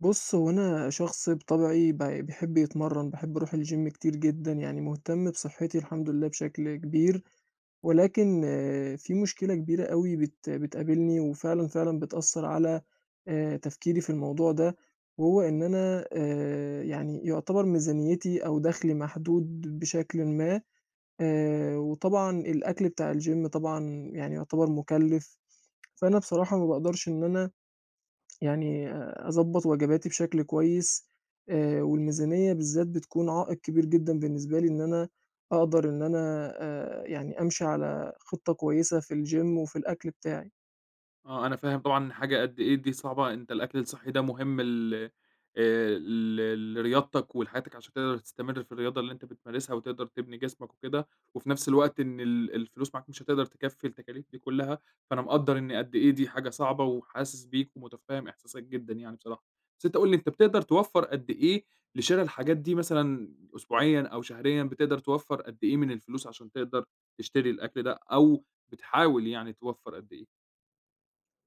بُص، هو أنا شخص بطبعي بيحب يتمرّن، باحب أروح الgym كتير جدًا، يعني مهتم بصحّتي الحمد لله بشكل كبير، ولكن في مشكلة كبيرة أوي بتقابلني وفعلًا، فعلًا بتأثّر على تفكيري في الموضوع ده. وهو إن أنا يعني يُعتبر ميزانيتي أو دخلي محدود بشكلٍ ما. وطبعًا الأكل بتاع الgym طبعًا يعني يُعتبر مُكلِّف. فأنا بصراحة ما باقدرش إن أنا يعني أضبّط وجباتي بشكل كويس. والميزانية بالذات بتكون عائق كبير جدًا بالنسبة لي إن أنا أقدر إن أنا يعني أمشي على خطة كويسة في الgym وفي الأكل بتاعي. آه، أنا فاهم طبعًا حاجة قد إيه دي صعبة، أنت الأكل الصحّي ده مهم ل ل لرياضتك ولحياتك عشان تقدر تستمر في الرياضة اللي أنت بتمارسها وتقدر تبني جسمك وكده، وفي نفس الوقت إن ال الفلوس معاك مش هتقدر تكفّي التكاليف دي كلّها، فأنا مقدّر إن قد إيه دي حاجة صعبة وحاسس بيك ومتفهّم إحساسك جدًا يعني بصراحة. بس أنت قُل لي أنت بتقدر توفّر قد إيه لشِرا الحاجات دي مثلًا أسبوعيًا أو شهريًا، بتقدر توفّر قد إيه من الفلوس عشان تقدر تشتري الأكل ده أو بتحاول يعني توفّر قد إيه؟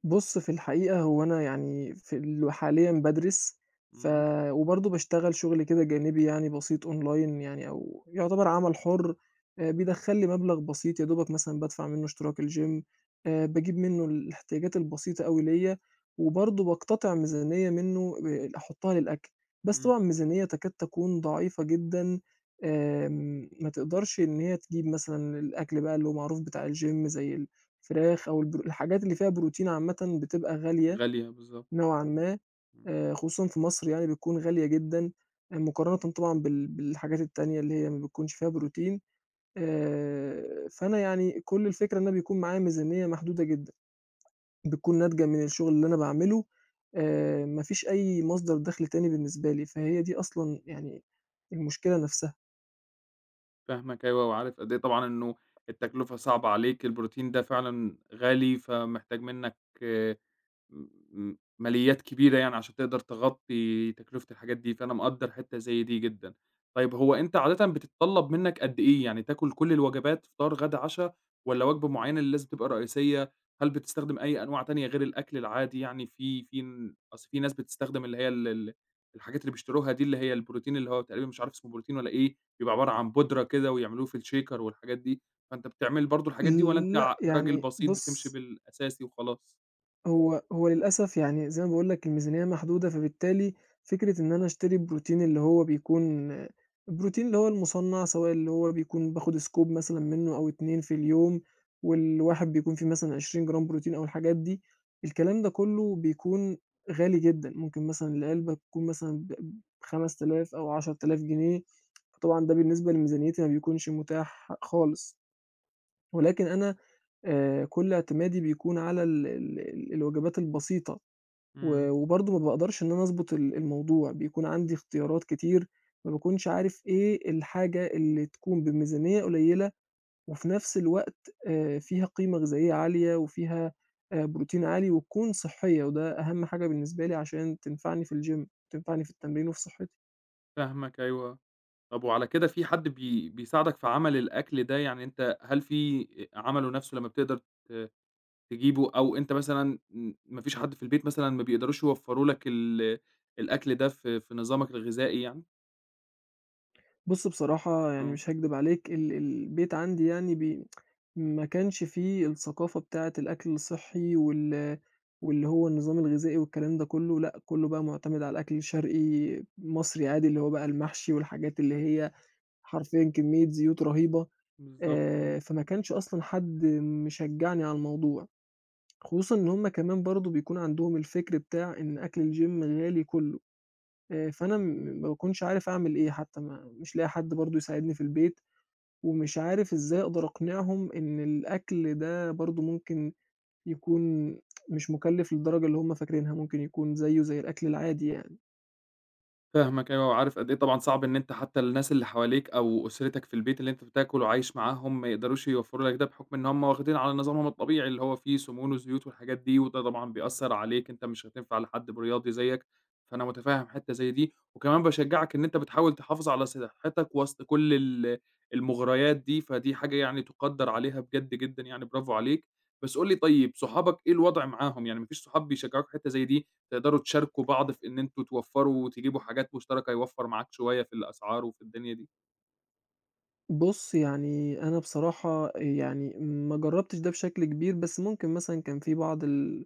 بُص، في الحقيقة هو أنا يعني في ال حاليًا بادرس، ف إمم. وبرضه باشتغل شُغل كده جانبي يعني بسيط أونلاين يعني أو يُعتبر عمل حُر. بيدخّل لي مبلغ بسيط يا دوبك مثلًا بادفع منّه اشتراك الgym، باجيب منّه الاحتياجات البسيطة أوي ليّا. وبرضه باقتطع ميزانية منّه أحُطّها للأكل، بس إمم. طبعًا ميزانية تكاد تكون ضعيفة جدًا. ما تقدرش إن هي تجيب مثلًا الأكل بقى اللي هو معروف بتاع الgym زي فراخ أو الحاجات اللي فيها بروتين عامةً بتبقى غالية غالية بالضبط. نوعًا ما. إمم. خصوصًا في مصر يعني بتكون غالية جدًا، مقارنةً طبعًا بالحاجات التانية اللي هي ما بتكونش فيها بروتين. فأنا يعني كل الفكرة إن أنا بيكون معايا ميزانية محدودة جدًا، بتكون ناتجة من الشغل اللي أنا باعمله. ما فيش أي مصدر دخل تاني بالنسبة لي، فهي دي أصلًا يعني المشكلة نفسها. فاهمك أيوه، وعارف قد إيه طبعًا إنه التكلفة صعبة عليك، البروتين ده فعلًا غالي، فمحتاج منك م م ماليات كبيرة يعني عشان تقدر تغطّي تكلفة الحاجات دي، فأنا مقدّر حتّة زي دي جدًا. طيب هو أنت عادةً بتتطلّب منّك قد إيه؟ يعني تاكل كل الوجبات فطار، غدا، عشا والّا وجبة معيّنة اللي لازم تبقى رئيسية؟ هل بتستخدم أي أنواع تانية غير الأكل العادي يعني في أصل في ناس بتستخدم اللي هي ال ال الحاجات اللي بيشتروها دي اللي هي البروتين اللي هو تقريبًا مش عارف اسمه بروتين والّا إيه، بيبقى عبارة عن بودرة كده ويعملوه في الشيكر والحاجات دي، فأنت بتعمل برضه الحاجات دي والّا أنت ع لأ، راجل يعني بسيط بتمشي بُص، بالأساسي وخلاص؟ هو للأسف يعني زي ما باقول لك الميزانية محدودة، فبالتالي فكرة إن أنا أشتري بروتين اللي هو بيكون البروتين اللي هو المُصنّع، سواء اللي هو بيكون باخد scoop مثلًا منّه أو 2 في اليوم، والواحد بيكون فيه مثلًا 20 جرام بروتين أو الحاجات دي، الكلام ده كلّه بيكون غالي جدًا. ممكن مثلًا العلبة تكون مثلًا ب5.000 أو 10.000 جنيه، فطبعًا ده بالنسبة لميزانيتي ما بيكونش متاح خالص. ولكن أنا كل اعتمادي بيكون على ال ال ال الوجبات البسيطة. إمم. وبرضه ما باقدرش إن أنا أضبط الموضوع، بيكون عندي اختيارات كتير. ما باكونش عارف إيه الحاجة اللي تكون بميزانية قليلة وفي نفس الوقت فيها قيمة غذائية عالية وفيها بروتين عالي وتكون صحية، وده أهم حاجة بالنسبة لي عشان تنفعني في الgym وتنفعني في التمرين وفي صحتي. فاهمك أيوه. طب وعلى كده في حد بيساعدك في عمل الأكل ده؟ يعني أنت هل في عمله نَفْسه لمّا بتقدر ت تجيبه أو أنت مثلًا ما فيش حد في البيت مثلًا ما بيقدروش يوفّروا لك ال الأكل ده في نظامك الغذائي يعني؟ بُص، بصراحة يعني آه. مش هاكدب عليك، البيت عندي يعني ما كانش في الثقافة بتاعة الأكل الصحّي واللي هو النظام الغذائي والكلام ده كلّه. لأ، كلّه بقى مُعتمد على الأكل الشرقي مصري عادي، اللي هو بقى المحشي والحاجات اللي هي حرفيًا كمية زيوت رهيبة. بالضبط، آه. فما كانش أصلًا حد مشجّعني على الموضوع، خصوصًا إن هُم كمان برضه بيكون عندهم الفكر بتاع إن أكل الgym غالي كلّه. فأنا ما باكونش عارف أعمل إيه حتّى ما مش لاقي حد برضه يساعدني في البيت. ومش عارف إزاي أقدر أقنعهم إن الأكل ده برضه ممكن يكون مش مُكلِّف للدرجة اللي هُم فاكرينها، ممكن يكون زيّه زي الأكل العادي يعني. فاهمك أيوه، وعارف قد إيه طبعًا صعب إن أنت حتى الناس اللي حواليك أو أسرتك في البيت اللي أنت بتاكل وعايش معاهم ما يقدروش يوفّروا لك ده، بحكم إن هم واخدين على نظامهم الطبيعي اللي هو فيه سموم وزيوت والحاجات دي، وده طبعًا بيأثّر عليك، أنت مش هتنفع لحد برياضي زيّك، فأنا متفهّم حتّة زي دي، وكمان باشجّعك إن أنت بتحاول تحافظ على صحّتك وسط كل ال المغريات دي، فدي حاجة يعني تُقدّر عليها بجد جدًا يعني برافو عليك، بس قُل لي طيب صحابك إيه الوضع معاهم، يعني ما فيش صحاب بيشجّعوك في حتّة زي دي؟ تقدروا تشاركوا بعض في إن أنتم توفّروا وتجيبوا حاجات مشتركة، يوفّر معاك شوية في الأسعار وفي الدنيا دي. بُص، يعني أنا بصراحة يعني ما جرّبتش ده بشكل كبير، بس ممكن مثلًا كان في بعض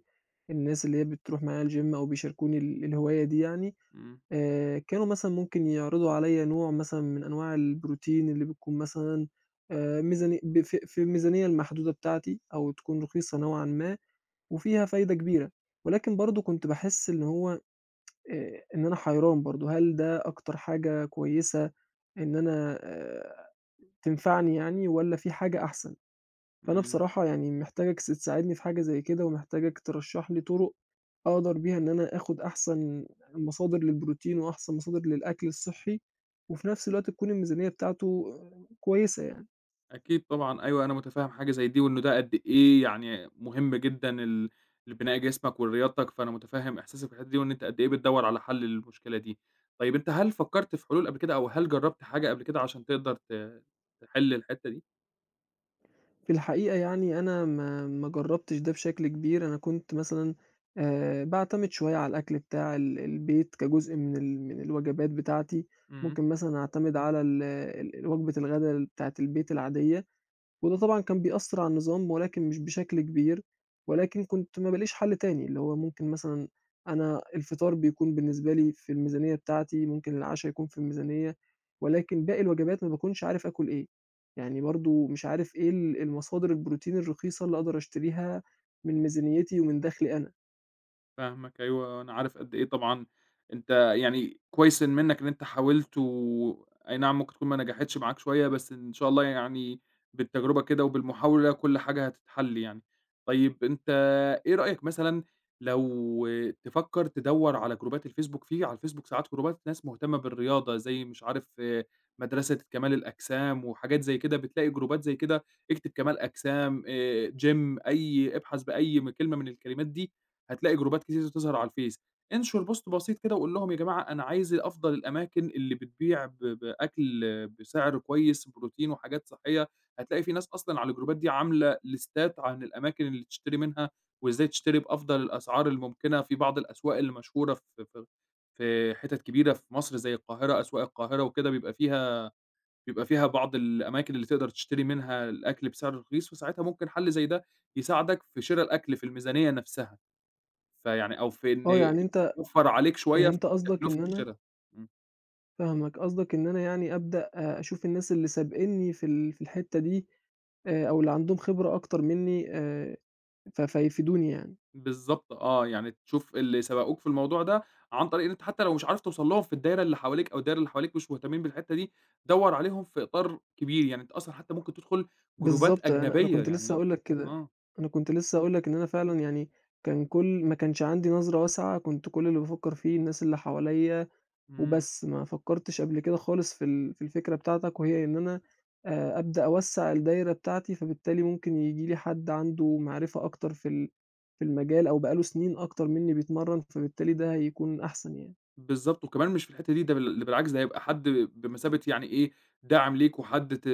الناس اللي هي بتروح معايا الgym أو بيشاركوني الهواية دي يعني. إمم. كانوا مثلًا ممكن يعرضوا عليّا نوع مثلًا من أنواع البروتين اللي بتكون مثلًا ميزاني ب في في الميزانية المحدودة بتاعتي أو تكون رخيصة نوعًا ما. وفيها فايدة كبيرة، ولكن برضه كنت باحس إن هو إن أنا حيران برضه. هل ده أكتر حاجة كويسة إن أنا تنفعني يعني والّا في حاجة أحسن؟ فأنا إمم. بصراحة يعني محتاجك تساعدني في حاجة زي كده، ومحتاجك ترشّح لي طُرق أقدر بيها إن أنا آخُد أحسن مصادر للبروتين وأحسن مصادر للأكل الصحّي، وفي نفس الوقت تكون الميزانية بتاعته كويسة يعني. أكيد طبعًا أيوه، أنا متفهّم حاجة زي دي، وإنه ده قد إيه يعني مهم جدًا ال لبناء جسمك ولرياضتك، فأنا متفهّم إحساسك في الحتّة دي، وإن أنت قد إيه بتدوّر على حل للمشكلة دي. طيب أنت هل فكّرت في حلول قبل كده أو هل جرّبت حاجة قبل كده عشان تقدر تحل الحتّة دي؟ في الحقيقة يعني أنا ما جرّبتش ده بشكل كبير. أنا كنت مثلًا باعتمد شوية على الأكل بتاع البيت كجزء من الوجبات بتاعتي. إمم. ممكن مثلًا أعتمد على ال ال وجبة الغدا بتاعة البيت العادية. وده طبعًا كان بيأثّر على النظام ولكن مش بشكل كبير. ولكن كنت ما بالاقيش حل تاني، اللي هو ممكن مثلًا أنا الفطار بيكون بالنسبة لي في الميزانية بتاعتي، ممكن العشا يكون في الميزانية، ولكن باقي الوجبات ما باكونش عارف آكل إيه. يعني برضه مش عارف إيه المصادر البروتين الرخيصة اللي أقدر أشتريها من ميزانيتي ومن دخلي أنا. فاهمك أيوه، أنا عارف قد إيه طبعًا أنت يعني كويس إن منّك إن أنت حاولت و أي نعم ممكن تكون ما نجحتش معاك شوية، بس إن شاء الله يعني بالتجربة كده وبالمحاولة كل حاجة هتتحل يعني. طيب أنت إيه رأيك مثلًا لو تفكّر تدوّر على جروبات الفيسبوك، في على الفيسبوك ساعات جروبات ناس مهتمة بالرياضة زي مش عارف آه، مدرسة كمال الأجسام وحاجات زي كده، بتلاقي جروبات زي كده، اكتب كمال أجسام، gym أي ابحث بأي كلمة من الكلمات دي هتلاقي جروبات كتير بتظهر على الفيس، انشر بوست بسيط كده وقُل لهم يا جماعة أنا عايز أفضل الأماكن اللي بتبيع بأكل بسعر كويس، بروتين وحاجات صحية، هتلاقي في ناس أصلًا على الجروبات دي عاملة ليستات عن الأماكن اللي تشتري منها، وإزاي تشتري بأفضل الأسعار الممكنة في بعض الأسواق اللي مشهورة في في حتت كبيرة في مصر زي القاهرة، أسواق القاهرة وكده بيبقى فيها بعض الأماكن اللي تقدر تشتري منها الأكل بسعر رخيص، وساعتها ممكن حل زي ده يساعدك في شرا الأكل في الميزانية نفسها. فيعني أو في آه، إن يعني أنت يوفّر عليك يعني شوية في أنت قصدك تكلفة إن أنا الشِرا. إمم. فاهمك. قصدك إن أنا يعني أبدأ، أشوف الناس اللي سابقينّي في الحتّة دي، أو اللي عندهم خبرة أكتر منّي، فيفيدوني يعني. بالضبط آه. يعني تشوف اللي سبقوك في الموضوع ده عن طريق إن أنت حتّى لو مش عارف توصل لهم في الدايرة اللي حواليك أو الدايرة اللي حواليك مش مهتمين بالحتّة دي، دَوّر عليهم في إطار كبير. يعني أنت أصلًا حتّى ممكن تدخُل جروبات بالضبط، أنا أجنبية كنت لسه يعني هاقول لك كده. آه. أنا كنت لسه هاقول لك إن أنا فعلًا إمم. يعني كان كل ما كانش عندي نظرة واسعة، كنت كل اللي بافكّر فيه الناس اللي حواليّا إمم. وبس. ما فكّرتش قبل كده خالص في الفكرة بتاعتك، وهي إن أنا أبدأ أوسّع الدايرة بتاعتي، فبالتالي ممكن ييجي لي حد عنده معرفة أكتر في المجال أو بقى له سنين أكتر منّي بيتمرّن، فبالتالي ده هيكون أحسن يعني. بالضبط، وكمان مش في الحتّة دي، ده ده بالعكس ده هيبقى حد بمثابة يعني إيه، داعم ليك وحد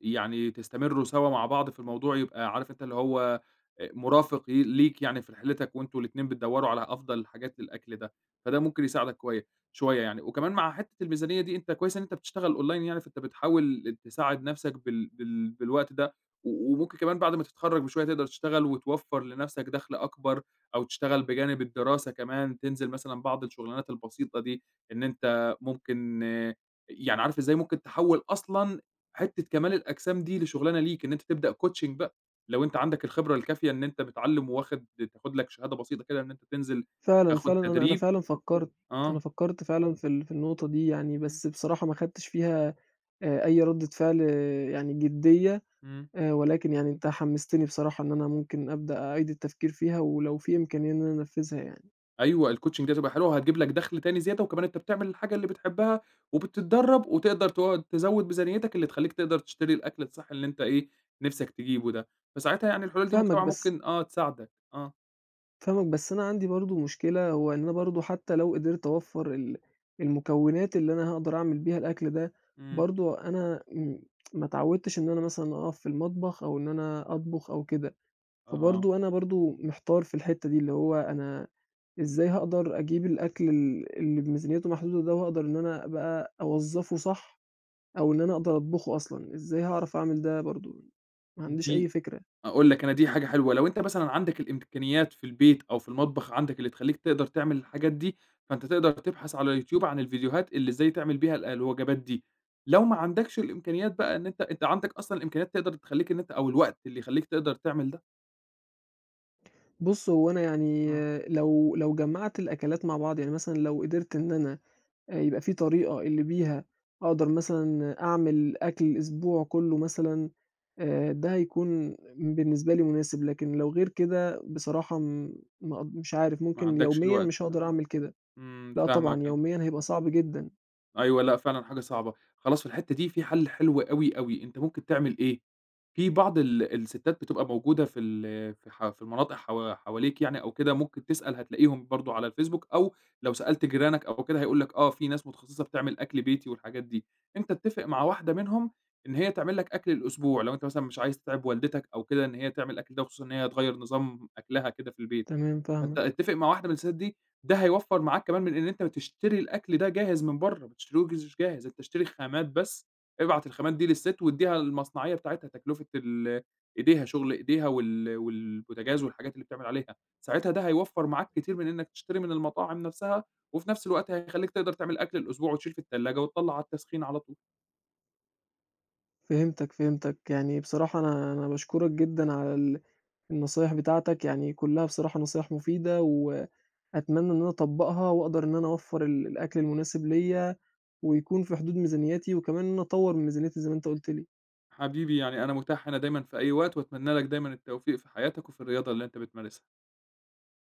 يعني تستمروا سوا مع بعض في الموضوع، يبقى عارف أنت اللي هو مرافق ليك يعني في رحلتك وأنتم الاتنين بتدوّروا على أفضل حاجات للأكل ده، فده ممكن يساعدك شوية يعني. وكمان مع حتّة الميزانية دي، أنت كويس إن أنت بتشتغل online يعني، فأنت بتحاول تساعد نَفْسك بالوقت ده، وممكن كمان بعد ما تتخرّج بشوية تقدر تشتغل وتوفّر لنَفْسك دَخْل أكبر أو تشتغل بجانب الدراسة كمان، تنزل مثلًا بعض الشغلانات البسيطة دي، إن أنت ممكن آه، يعني عارف إزاي ممكن تحوّل أصلًا حتّة كمال الأجسام دي لشغلانة ليك، إن أنت تبدأ coaching بقى، لو أنت عندك الخبرة الكافية إن أنت بتعلّم وواخد تاخد لك شهادة بسيطة كده إن أنت تنزل فعلًا، تاخد فعلًا أنا تدريب. فعلًا فكّرت. آه. أنا فكّرت فعلًا في النقطة دي يعني، إمم. بس بصراحة ما خدتش فيها أي ردة فعل، يعني جدية. إمم. ولكن يعني أنت حمّستني بصراحة إن أنا ممكن أبدأ أعيد التفكير فيها، ولو في إمكانية إن أنا أنفّذها يعني. أيوه، الcoaching دي هتبقى حلوة وهتجيب لك دخل تاني زيادة، وكمان أنت بتعمل الحاجة اللي بتحبها وبتتدرّب وتقدر تقعد تزوّد ميزانيتك اللي تخلّيك تقدر تشتري الأكل الصحّي اللي أنت إيه، نِفْسك تجيبه ده، فساعتها يعني الحلول دي فاهمك مجتمع بس، ممكن آه تساعدك، آه. فاهمك بس أنا عندي برضه مشكلة، هو إن أنا برضه حتى لو قدرت أوفّر المكونات اللي أنا هاقدر أعمل بيها الأكل ده، إمم. برضه أنا ما اتعوّدتش إن أنا مثلًا أقف في المطبخ أو إن أنا أطبخ أو كده. آه. فبرضه أنا برضه محتار في الحتّة دي، اللي هو أنا إزاي هاقدر أجيب الأكل اللي ميزانيته محدودة ده وهاقدر إن أنا أبقى أوظّفه صح، أو إن أنا أقدر أطبخه أصلًا. إزاي هاعرف أعمل ده برضه؟ ما عنديش أي دي فكرة. أقول لك أنا دي حاجة حلوة، لو أنت مثلًا عندك الإمكانيات في البيت أو في المطبخ عندك اللي تخلّيك تقدر تعمل الحاجات دي، فأنت تقدر تبحث على اليوتيوب عن الفيديوهات اللي إزاي تعمل بيها ال الوجبات دي، لو ما عندكش الإمكانيات بقى إن أنت أنت عندك أصلًا الإمكانيات تقدر تخلّيك إن أنت أو الوقت اللي يخلّيك تقدر تعمل ده، بُص، هو أنا يعني آه، لو جمّعت الأكلات مع بعض، يعني مثلًا لو قدرت إن أنا يبقى في طريقة اللي بيها أقدر مثلًا أعمل أكل الأسبوع كُلّه مثلًا. ده هيكون بالنسبة لي مناسب، لكن لو غير كده بصراحة م ما أق مش عارف، ما ممكن عندكش يوميًا الوقت مش هاقدر يعني، أعمل كده. إمم، لأ طبعًا، فاهمك، آه. يوميًا هيبقى صعب جدًا. أيوه، لأ فعلًا حاجة صعبة. خلاص في الحتّة دي في حَل حلو أوي، أوي، أنت ممكن تعمل إيه، في بعض ال الستات بتبقى موجودة في ال في ح في المناطق حواليك يعني أو كده، ممكن تسأل هتلاقيهم برضه على الفيسبوك أو لو سألت جيرانك أو كده هيقولوا لك آه، في ناس متخصصة بتعمل أكل بيتي والحاجات دي. أنت اتّفق مع واحدة منهم إن هي تعمل لك أكل الأسبوع، لو أنت مثلًا مش عايز تتعب والدتك أو كده إن هي تعمل الأكل ده، وخصوصًا إن هي هتغيّر نظام أكلها كده في البيت. تمام، فأنت فاهمك. اتفق مع واحدة من الستات دي، ده هيوفّر معاك كمان من إن أنت بتشتري الأكل ده جاهز من برّه، ما بتشتريهوش جاهز، أنت اشتري خامات بس، ابعت الخامات دي للست وادّيها المصنعية بتاعتها، تكلفة ال إيديها، شغل إيديها والبوتاجاز والحاجات اللي بتعمل عليها، ساعتها ده هيوفّر معاك كتير من إنك تشتري من المطاعم نفسها، وفي نفس الوقت هيخلّيك تقدر تعمل أكل الأسبوع وتشيل في التلاجة وتطلّع على التسخين على طول. فهمتك، فهمتك. يعني بصراحة أنا باشكرك جدًا على النصايح بتاعتك، يعني كلّها بصراحة نصايح مفيدة، وأتمنى إن أنا أطبّقها وأقدر إن أنا أوفّر الأكل المناسب ليّا، ويكون في حدود ميزانيتي، وكمان إن أنا أطوّر من ميزانيتي زي ما أنت قُلت لي. حبيبي يعني أنا متاح هنا دايمًا في أي وقت، وأتمنى لك دايمًا التوفيق في حياتك وفي الرياضة اللي أنت بتمارسها.